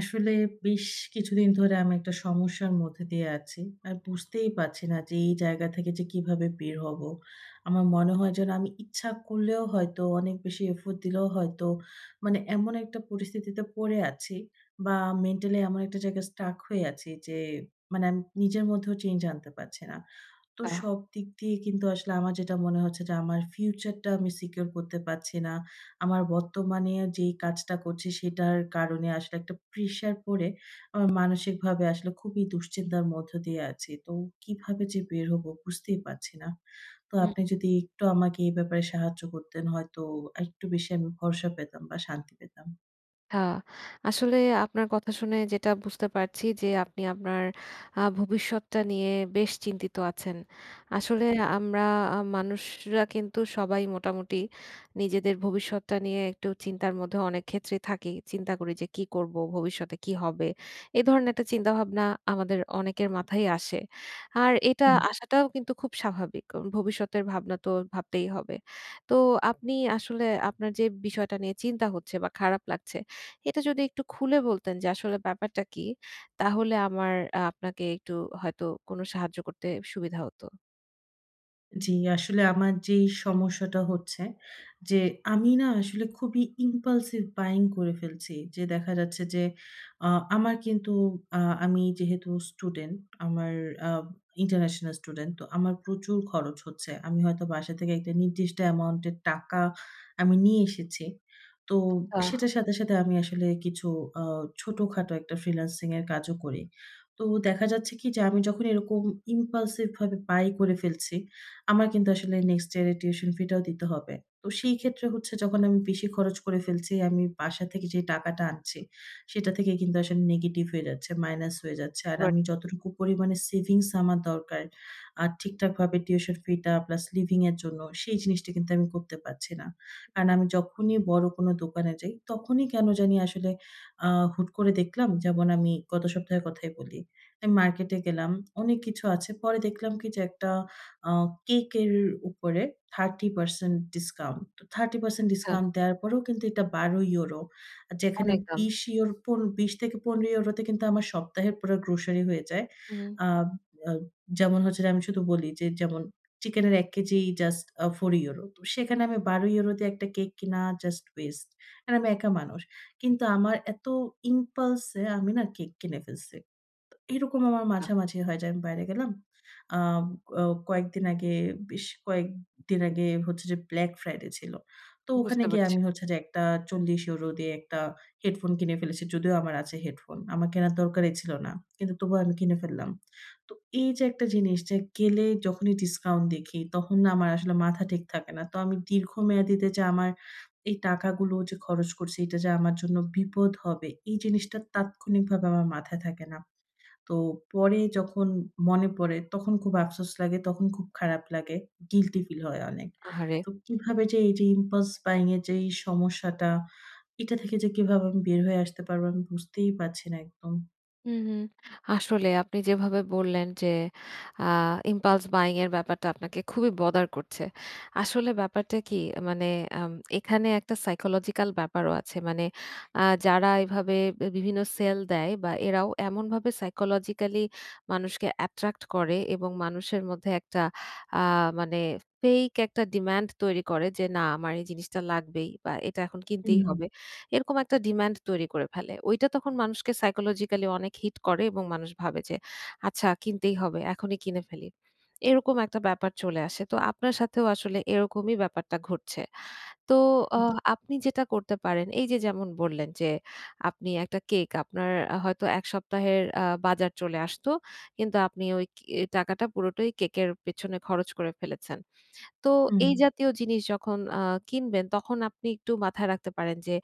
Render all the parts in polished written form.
আসলে বেশ কিছুদিন ধরে আমি একটা সমস্যার মধ্যে দিয়ে আছি। আর বুঝতেই পারছি না যে এই জায়গা থেকে যে কিভাবে বের হব। আমার মনে হয় যেন আমি ইচ্ছা করলেও হয়তো অনেক বেশি এফোর্ট দিলেও হয়তো মানে এমন একটা পরিস্থিতিতে পড়ে আছি বা মেন্টালি এমন একটা জায়গায় স্টাক হয়ে আছি যে মানে আমি নিজের মধ্যেও চেঞ্জ আনতে পারছি না। তো আচ্ছা, সব দিক দিয়ে কিন্তু আসলে আমার যেটা মনে হচ্ছে যে আমার ফিউচারটা আমি সিকিউর করতে পারছি না। আমার বর্তমানে যেই কাজটা করছি সেটার কারণে আসলে একটা প্রেশার পড়ে আমার মানসিকভাবে আসলে খুবই দুশ্চিন্তার মধ্য দিয়ে আছি। তো কিভাবে যে বের হবো বুঝতেই পারছি না। তো হু, আপনি যদি একটু আমাকে এই ব্যাপারে সাহায্য করতেন হয়তো আরেকটু বেশি আমি ভরসা পেতাম বা শান্তি পেতাম। হ্যাঁ, আসলে আপনার কথা শুনে যেটা বুঝতে পারছি যে আপনি আপনার ভবিষ্যৎটা নিয়ে বেশ চিন্তিত আছেন। আসলে আমরা মানুষরা কিন্তু সবাই মোটামুটি নিজেদের ভবিষ্যৎটা নিয়ে একটু চিন্তার মধ্যে অনেক ক্ষেত্রেই থাকি। চিন্তা করি যে কি করব, ভবিষ্যতে কি হবে? এ ধরনের একটা চিন্তাভাবনা আমাদের অনেকের মাথায় আসে। আর এটা আসাটাও কিন্তু খুব স্বাভাবিক। কারণ ভবিষ্যতের ভাবনা তো ভাবতেই হবে। তো আপনি আসলে আপনার যে বিষয়টা নিয়ে চিন্তা হচ্ছে বা খারাপ লাগছে এটা যদি একটু খুলে বলতেন যে আসলে ব্যাপারটা কি? তাহলে আমার আপনাকে একটু হয়তো কোনো সাহায্য করতে সুবিধা হতো। জি, আসলে আমার যেই সমস্যাটা হচ্ছে যে, আমি না আসলে খুবই impulsive buying করে ফেলছি। যে দেখা যাচ্ছে যে, আ আমার কিন্তু আমি যেহেতু স্টুডেন্ট, আমার আ ইন্টারন্যাশনাল স্টুডেন্ট, তো আমার প্রচুর খরচ হচ্ছে। আমি হয়তো বাসা থেকে একটা নির্দিষ্ট অ্যামাউন্ট এর টাকা আমি নিয়ে এসেছি। তো আহ সেটার সাথে, সাথে আমি আসলে কিছু আ ছোটখাটো একটা ফ্রিল্যান্সিং এর কাজও করি। তো দেখা যাচ্ছে কি যে, আমি যখন এরকম impulsive ভাবে বাই করে ফেলছি আমার কিন্তু আসলে নেক্সট ইয়ার এর টিউশন ফি টাও দিতে হবে। তো সেই ক্ষেত্রে হচ্ছে যখন আমি বেশি খরচ করে ফেলছি, আমি বাসা থেকে যে টাকাটা আনছি, সেটা থেকে কিন্তু আসলে নেগেটিভ হয়ে যাচ্ছে, মাইনাস হয়ে যাচ্ছে। আর বাট আমি যতটুকু পরিমাণে সেভিংস আমার দরকার, আর ঠিকঠাকভাবে টিউশন ফি টা প্লাস লিভিং এর জন্য, সেই জিনিসটা কিন্তু আমি করতে পারছি না। কারণ আমি যখনই বড় কোনো দোকানে যাই, তখনই কেন জানি আসলে হুট করে দেখলাম, যেমন আমি গত সপ্তাহের কথাই বলি। আমি মার্কেটে গেলাম, অনেক কিছু আছে। পরে দেখলাম কি যে একটা আ কেকের উপরে 30% ডিসকাউন্ট। তো 30% আহ ডিসকাউন্ট দেওয়ার পরেও কিন্তু এটা €12 যেখানে অনেক দাম। €20 পন €20-€15 তে কিন্তু আমার সপ্তাহের পুরো গ্রোসারি হয়ে যায়। হুম। আ আ যেমন হচ্ছে যে আমি শুধু বলি যে যেমন চিকেনের ১ কেজি জাস্ট €4 তো সেখানে আমি €12 দিয়ে একটা কেক কিনা জাস্ট ওয়েস্ট। আর আমি একা মানুষ। কিন্তু আমার এত ইম্পালস এ আমি না কেক কিনে ফেলছি। তো এরকম আমার আহ মাঝামাঝি হয় যে আমি বাইরে গেলাম, আ অ কয়েকদিন আগে বেশ কয়েকদিন আগে হচ্ছে যে Black Friday ছিল। তো ওখানে বুঝতে গিয়ে পারছি। আমি হচ্ছে যে একটা ৪০ ইউরো দিয়ে একটা হেডফোন কিনে ফেলেছি। যদিও আমার আছে হেডফোন। আমার কেনার দরকারই ছিল না। কিন্তু তবুও আমি কিনে ফেললাম। তো এই যে একটা জিনিস যে গেলে যখনই ডিসকাউন্ট দেখি তখন না আমার আসলে মাথা ঠিক থাকে না। তো আমি দীর্ঘমেয়াদীতে যে আমার এই টাকাগুলো যে খরচ করছি এটা যে আমার জন্য বিপদ হবে এই জিনিসটা তাৎক্ষণিকভাবে আমার মাথায় থাকে না। তো পরে যখন মনে পড়ে তখন খুব আফসোস লাগে, তখন খুব খারাপ লাগে। গিল্টি ফিল হয় অনেক। আহারে! তো কিভাবে যে এই যে impulse buying এর যে এই সমস্যাটা, এটা থেকে যে কিভাবে আমি বের হয়ে আসতে পারবো আমি বুঝতেই পারছি না একদম। হুম, হুম। আসলে আপনি যেভাবে বললেন যে আ impulse buying এর ব্যাপারটা আপনাকে খুবই bother করছে। আসলে ব্যাপারটা কি মানে আম এখানে একটা psychological ব্যাপারও আছে। মানে আ যারা এভাবে বিভিন্ন সেল দেয় বা এরাও এমনভাবে psychologically মানুষকে attract করে এবং মানুষের মধ্যে একটা আ মানে fake একটা demand তৈরি করে যে, "না, আমার এই জিনিসটা লাগবেই বা এটা এখন কিনতেই হুম। হবে।" এরকম একটা ডিমান্ড তৈরি করে ফেলে। ওইটা তখন মানুষকে সাইকোলজিক্যালি অনেক হিট করে এবং মানুষ ভাবে যে, "আচ্ছা কিনতেই হবে, এখনই কিনে ফেলি।" এরকম একটা ব্যাপার চলে আসে। তো আপনার সাথেও আসলে এরকমই ব্যাপারটা ঘটছে। তো আ জি। আপনি যেটা করতে পারেন, এই যে যেমন বললেন যে, আপনি একটা কেক আপনার হয়তো ১ সপ্তাহের বাজার চলে আসতো। কিন্তু আপনি ওই কে টাকাটা পুরোটাই কেকের পেছনে খরচ করে ফেলেছেন। তো হুম। এই জাতীয় জিনিস যখন কিনবেন তখন আপনি একটু মাথায় রাখতে পারেন যে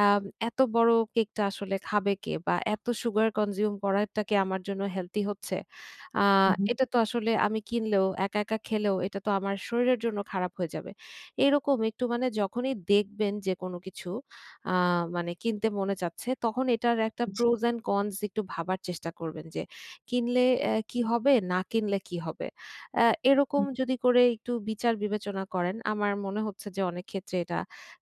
আ এত বড় কেকটা আসলে খাবে কে? বা এত সুগার কনজিউম করাটা কি আমার জন্য হেলথি হচ্ছে? আ হু, হু। এটা তো আসলে আমি কিনলেও একা, একা খেলেও এটা তো আমার শরীরের জন্য খারাপ হয়ে যাবে। এরকম একটু মানে যখনই দেখবেন যে কোনো কিছু আ মানে কিনতে মনে চাচ্ছে তখন এটার একটা জি, প্রোস অ্যান্ড কনস একটু ভাবার চেষ্টা করবেন যে কিনলে কি হবে? না কিনলে কি হবে? আ এরকম হুম, যদি করে একটু বিচার বিবেচনা করেন, আমার মনে হচ্ছে যে অনেক ক্ষেত্রে এটা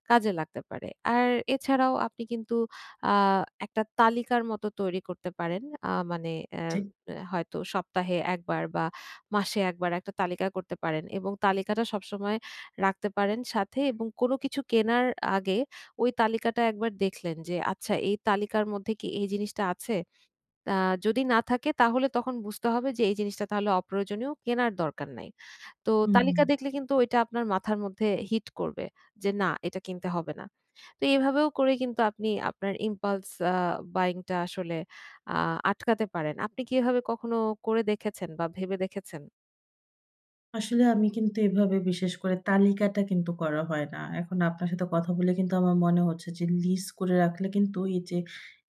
কাজে লাগতে পারে। আর এছাড়াও আপনি কিন্তু আ একটা তালিকার মতো তৈরি করতে পারেন। মানে জি। হয়তো সপ্তাহে ১ বার বা মাসে ১ বার একটা তালিকা করতে পারেন এবং তালিকাটা সবসময় রাখতে পারেন সাথে এবং কোনো কিছু কেনার আগে ওই তালিকাটা একবার দেখলেন যে, "আচ্ছা এই তালিকার মধ্যে কি এই জিনিসটা আছে?" আ যদি না থাকে তাহলে তখন বুঝতে হবে যে এই জিনিসটা তাহলে অপ্রয়োজনীয়, কেনার দরকার নাই। তো হুম। তালিকা দেখলে কিন্তু এটা আপনার মাথার মধ্যে হিট করবে যে, "না, এটা কিনতে হবে না।" তো এভাবেও করে কিন্তু আপনি আপনার impulse buying টা আসলে আ আটকাতে পারেন। আপনি কি এভাবে কখনো করে দেখেছেন বা ভেবে দেখেছেন? আসলে আমি কিন্তু এভাবে বিশেষ করে তালিকাটা কিন্তু করা হয় না। এখন আপনার সাথে কথা বলে কিন্তু আমার মনে হচ্ছে যে লিস্ট করে রাখলে কিন্তু এই যে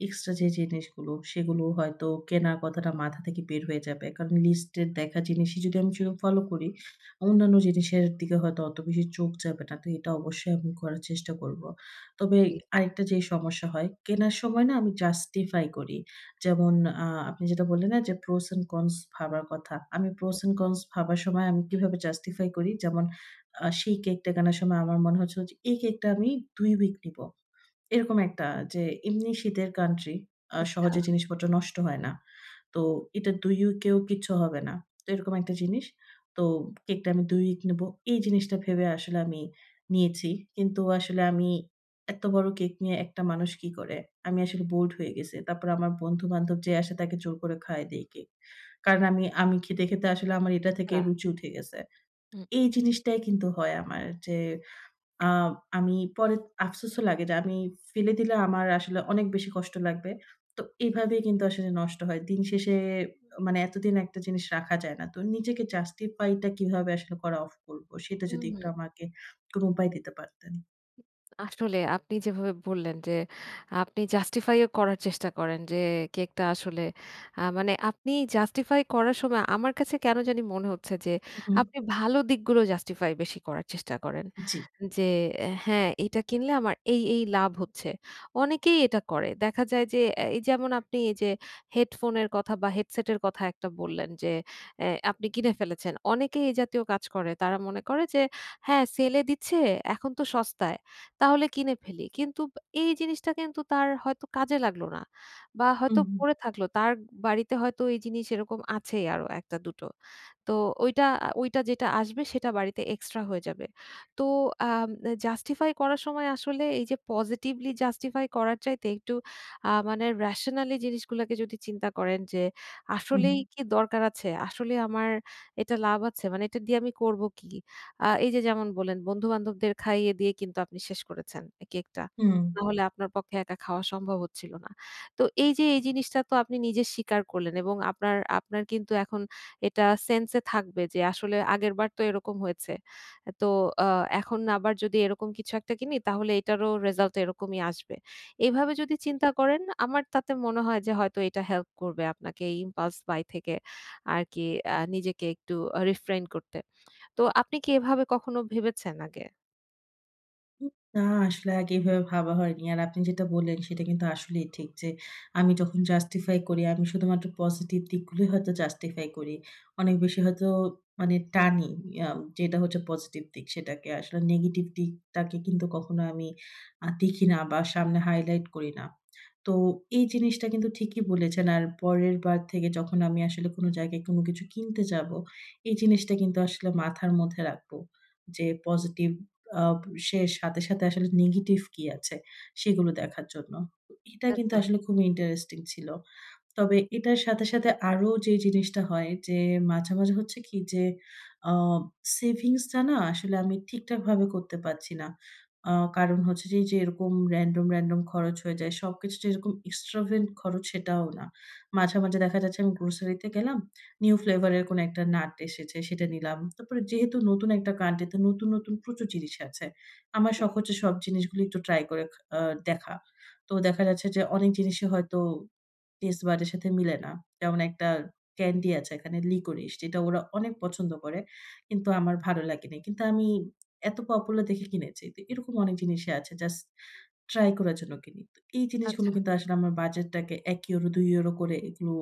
এক্সট্রা যে জিনিসগুলো সেগুলো হয়তো কেনার কথাটা মাথা থেকে বের হয়ে যাবে। কারণ লিস্টের দেখা জিনিসই যদি আমি সেরকম ফলো করি, অন্যান্য জিনিসের দিকে হয়তো অত বেশি চোখ যাবে না। তো এটা অবশ্যই আমি করার চেষ্টা করব। তবে জি, আরেকটা যে সমস্যা হয়, কেনার সময় না আমি জাস্টিফাই করি। যেমন আপনি যেটা বললেন না যে pros and cons ভাবার কথা। আমি pros and cons ভাবার সময় আমি কিভাবে justify করি যেমন সেই কেকটা কেনার সময় আমার মনে হচ্ছিল যে এই কেকটা আমি ২ উইক নিব। এরকম একটা যে এমনি শীতের কান্ট্রি সহজে জিনিসপত্র নষ্ট হয় না। তো এটা ২ উইকেও কিচ্ছু হবে না। তো এরকম একটা জিনিস। তো কেকটা আমি ২ উইক নেব। এই জিনিসটা ভেবে আসলে আমি নিয়েছি। কিন্তু আসলে আমি এত বড় কেক নিয়ে একটা মানুষ কি করে? আমি আসলে বোল্ড হয়ে গেছি। তারপর আমার বন্ধু-বান্ধব যে আসে তাকে জোর করে খাইয়ে দেই কেক। কারণ আমি আমি খেতে, খেতে আসলে আমার এটা থেকে আচ্ছা। রুচি উঠে গেছে। এই জিনিসটাই কিন্তু হয় আমার যে আ আমি পরে আফসোসও লাগে যে আমি ফেলে দিলে আমার আসলে অনেক বেশি কষ্ট লাগবে। তো এভাবেই কিন্তু আসলে নষ্ট হয়। দিন শেষে মানে এতদিন একটা জিনিস রাখা যায় না। তো নিজেকে জাস্টিফাই টা কিভাবে আসলে করা অফ করব সেটা যদি হুম। একটু আমাকে কোন উপায় দিতে পারতেন। আসলে আপনি যেভাবে বললেন যে আপনি জাস্টিফাইও করার চেষ্টা করেন যে কেকটা আসলে মানে আপনি জাস্টিফাই করার সময় আমার কাছে কেন জানি মনে হচ্ছে যে হু, হুম। আপনি ভালো দিকগুলো জাস্টিফাই বেশি করার চেষ্টা করেন। জি। যে হ্যাঁ, এটা কিনলে আমার এই লাভ হচ্ছে। অনেকেই এটা করে। দেখা যায় যে এই যেমন আপনি এই যে হেডফোনের কথা বা হেডসেটের কথা একটা বললেন যে আপনি কিনে ফেলেছেন। অনেকেই এই জাতীয় কাজ করে। তারা মনে করে যে হ্যাঁ, সেলে দিচ্ছে এখন তো সস্তায়। তাহলে কিনে ফেলি। কিন্তু ব এই জিনিসটা কিন্তু তার হয়তো কাজে লাগলো না বা হুম, হয়তো হুম, পড়ে থাকলো। তার বাড়িতে হয়তো এই জিনিস এরকম আছেই আরো ১ টা ২ টো। তো ওইটা যেটা আসবে সেটা বাড়িতে এক্সট্রা হয়ে যাবে। তো আম জাস্টিফাই করার সময় আসলে এই যে পজিটিভলি জাস্টিফাই করার চাইতে একটু মানে রেশনালি জিনিসগুলাকে যদি চিন্তা করেন যে হুম, আসলেই কি দরকার আছে? আসলে আমার এটা লাভ আছে? মানে এটা দিয়ে আমি করব কি? এই যে যেমন বললেন বন্ধু-বান্ধবদের খাইয়ে দিয়ে কিন্তু আপনি শেষ করেছেন কেকটা। হুম। নাহলে আপনার পক্ষে একা খাওয়া সম্ভব হচ্ছিল না। তো এই যে এই জিনিসটা তো আপনি নিজে স্বীকার করলেন এবং আপনার আপনার কিন্তু এখন এটা সেন্স এ থাকবে যে আসলে আগেরবার তো এরকম হয়েছে। তো আ এখন আবার যদি এরকম কিছু একটা কিনি তাহলে এটারও রেজাল্ট এরকমই আসবে। এভাবে যদি চিন্তা করেন আমার তাতে মনে হয় যে হয়তো এটা হেল্প করবে আপনাকে এই impulse buy থেকে আরকি নিজেকে একটু রিফ্রেইন করতে। তো আপনি কি এভাবে কখনো ভেবেছেন আগে? উম না আসলে আগে এভাবে ভাবা হয়নি। আর আপনি যেটা বললেন সেটা কিন্তু আসলেই ঠিক যে, আমি যখন জাস্টিফাই করি, আমি শুধুমাত্র পজিটিভ দিকগুলোই হয়তো জাস্টিফাই করি। অনেক বেশি হয়তো মানে টানি আ যেটা হচ্ছে পজিটিভ দিক সেটাকে। আসলে নেগেটিভ দিকটাকে কিন্তু কখনো আমি দেখি না বা সামনে হাইলাইট করি না। তো এই জিনিসটা কিন্তু ঠিকই বলেছেন। আর পরের বার থেকে যখন আমি আসলে কোনো জায়গায় কোনো কিছু কিনতে যাব, এই জিনিসটা কিন্তু আসলে মাথার মধ্যে রাখবো। যে পজিটিভ আ সে সাথে, সাথে আসলে নেগেটিভ কি আছে সেগুলো দেখার জন্য। এটা কিন্তু আচ্ছা, আসলে খুবই ইন্টারেস্টিং ছিল। তবে এটার সাথে, সাথে আরো যে জিনিসটা হয় যে মাঝে, মাঝে হচ্ছে কি যে আ সেভিংস টা না আসলে আমি ঠিকঠাকভাবে করতে পারছি না। আ কারণ হচ্ছে যে, যে এরকম র‍্যান্ডম, র‍্যান্ডম খরচ হয়ে যায়। সবকিছু যে এরকম extravagant খরচ সেটাও না। মাঝে, মাঝে দেখা যাচ্ছে আমি গ্রোসারিতে গেলাম, নিউ ফ্লেভার এর কোনো একটা নাট এসেছে সেটা নিলাম। তারপরে যেহেতু নতুন একটা কান্ট্রি তে নতুন, নতুন প্রচুর জিনিস আছে। আমার শখ হচ্ছে সব জিনিসগুলো একটু ট্রাই করে খা আ দেখা। তো দেখা যাচ্ছে যে অনেক জিনিসই হয়তো টেস্ট বাডের সাথে মিলে না। যেমন একটা ক্যান্ডি আছে এখানে লিকোরিস যেটা ওরা অনেক পছন্দ করে। কিন্তু আমার ভালো লাগেনি। কিন্তু আমি এত পপুলার দেখে কিনেছি। তো এরকম অনেক জিনিসই আছে জাস্ট ট্রাই করার জন্য কিনি। তো এই জিনিসগুলো আচ্ছা কিন্তু আসলে আমার বাজেটটাকে €১, €২ করে এগুলো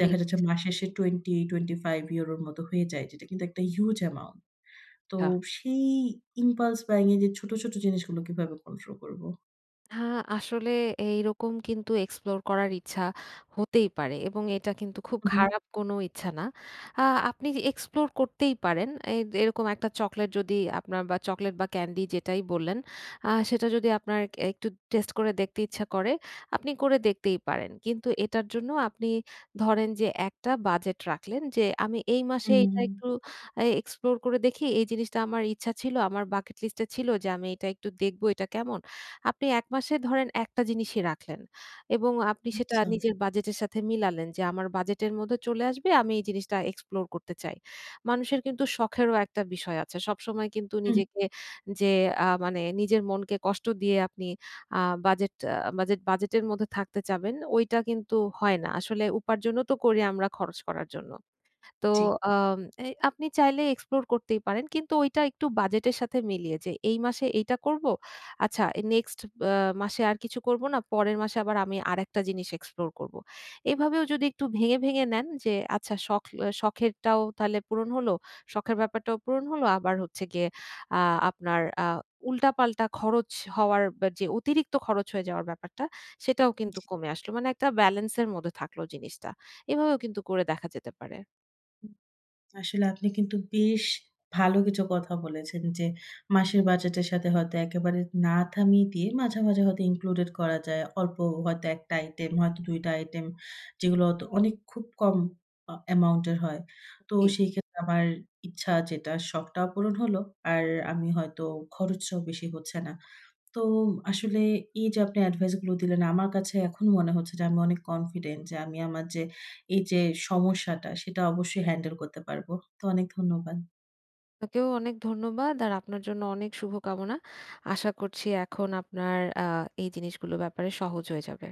দেখা যাচ্ছে দিচ্ছে। মাস শেষে €20, €25 র মতো হয়ে যায়। যেটা কিন্তু একটা হিউজ অ্যামাউন্ট। তো আচ্ছা। সেই ইম্পালস বায়িং এর যে ছোট, ছোট জিনিসগুলো কিভাবে কন্ট্রোল করব? হ্যাঁ, আসলে এইরকম কিন্তু এক্সপ্লোর করার ইচ্ছা হতেই পারে এবং এটা কিন্তু খুব হু, হুম। হু। খারাপ কোনো ইচ্ছা না। আ আপনি এক্সপ্লোর করতেই পারেন। এরকম একটা চকোলেট যদি আপনার বা চকোলেট বা ক্যান্ডি যেটাই বললেন, সেটা যদি আপনার একটু টেস্ট করে দেখতে ইচ্ছা করে, আপনি করে দেখতেই পারেন। কিন্তু এটার জন্য আপনি ধরেন যে একটা বাজেট রাখলেন যে, "আমি এই মাসে এটা হুম, একটু এক্সপ্লোর করে দেখি। এই জিনিসটা আমার ইচ্ছা ছিল, আমার বাকেট লিস্টে ছিল যে আমি এটা একটু দেখব এটা কেমন?" আপনি ১ মাসে ধরেন একটা জিনিসই রাখলেন এবং আপনি সেটা আচ্ছা। নিজের বাজেটের সাথে মিলালেন যে আমার বাজেটের মধ্যে চলে আসবে আমি এই জিনিসটা এক্সপ্লোর করতে চাই। মানুষের কিন্তু শখেরও একটা বিষয় আছে। সবসময় কিন্তু হুম, নিজেকে যে মানে নিজের মনকে কষ্ট দিয়ে আপনি আ বাজেট আ বাজেট বাজেটের মধ্যে থাকতে চাবেন ওইটা কিন্তু হয় না। আসলে উপার্জনও তো করি আমরা খরচ করার জন্য। তো জি। আম এই আপনি চাইলে এক্সপ্লোর করতেই পারেন। কিন্তু ওইটা একটু বাজেটের সাথে মিলিয়ে যে এই মাসে এইটা করব। আচ্ছা নেক্সট আ মাসে আর কিছু করব না। পরের মাসে আবার আমি আরেকটা জিনিস এক্সপ্লোর করব। এভাবেও যদি একটু ভেঙে, ভেঙে নেন যে আচ্ছা শখ শখেরটাও তাহলে পূরণ হলো, শখের ব্যাপারটাও পূরণ হলো। আবার হচ্ছে গিয়ে আ আপনার উল্টাপাল্টা খরচ হওয়ার বা যে অতিরিক্ত খরচ হয়ে যাওয়ার ব্যাপারটা সেটাও কিন্তু কমে আসলো। মানে একটা ব্যালেন্সের মধ্যে থাকলো জিনিসটা। এভাবেও কিন্তু করে দেখা যেতে পারে। আসলে আপনি কিন্তু বেশ ভালো কিছু কথা বলেছেন যে, মাসের বাজেটের সাথে হয়তো একেবারে না থামিয়ে দিয়ে মাঝে, মাঝে হয়তো ইনক্লুডেড করা যায়। অল্প হয়তো ১ টা আইটেম, হয়তো ২ টা আইটেম যেগুলো হয়তো অনেক খুব কম অ্যামাউন্ট এর হয়। তো জি। সেইক্ষেত্রে আমার ইচ্ছা যেটা শখটাও পূরণ হলো, আর আমি হয়তো খরচটাও বেশি হচ্ছে না। তো আসলে এই যে আপনি এডভাইস গুলো দিলেন, আমার কাছে এখনো মনে হচ্ছে যে আমি অনেক কনফিডেন্ট যে আমি আমার যে এই যে সমস্যাটা সেটা অবশ্যই হ্যান্ডেল করতে পারবো। তো অনেক ধন্যবাদ। আপনাকেও অনেক ধন্যবাদ আর আপনার জন্য অনেক শুভকামনা। আশা করছি এখন আপনার এই জিনিসগুলো ব্যাপারে সহজ হয়ে যাবে।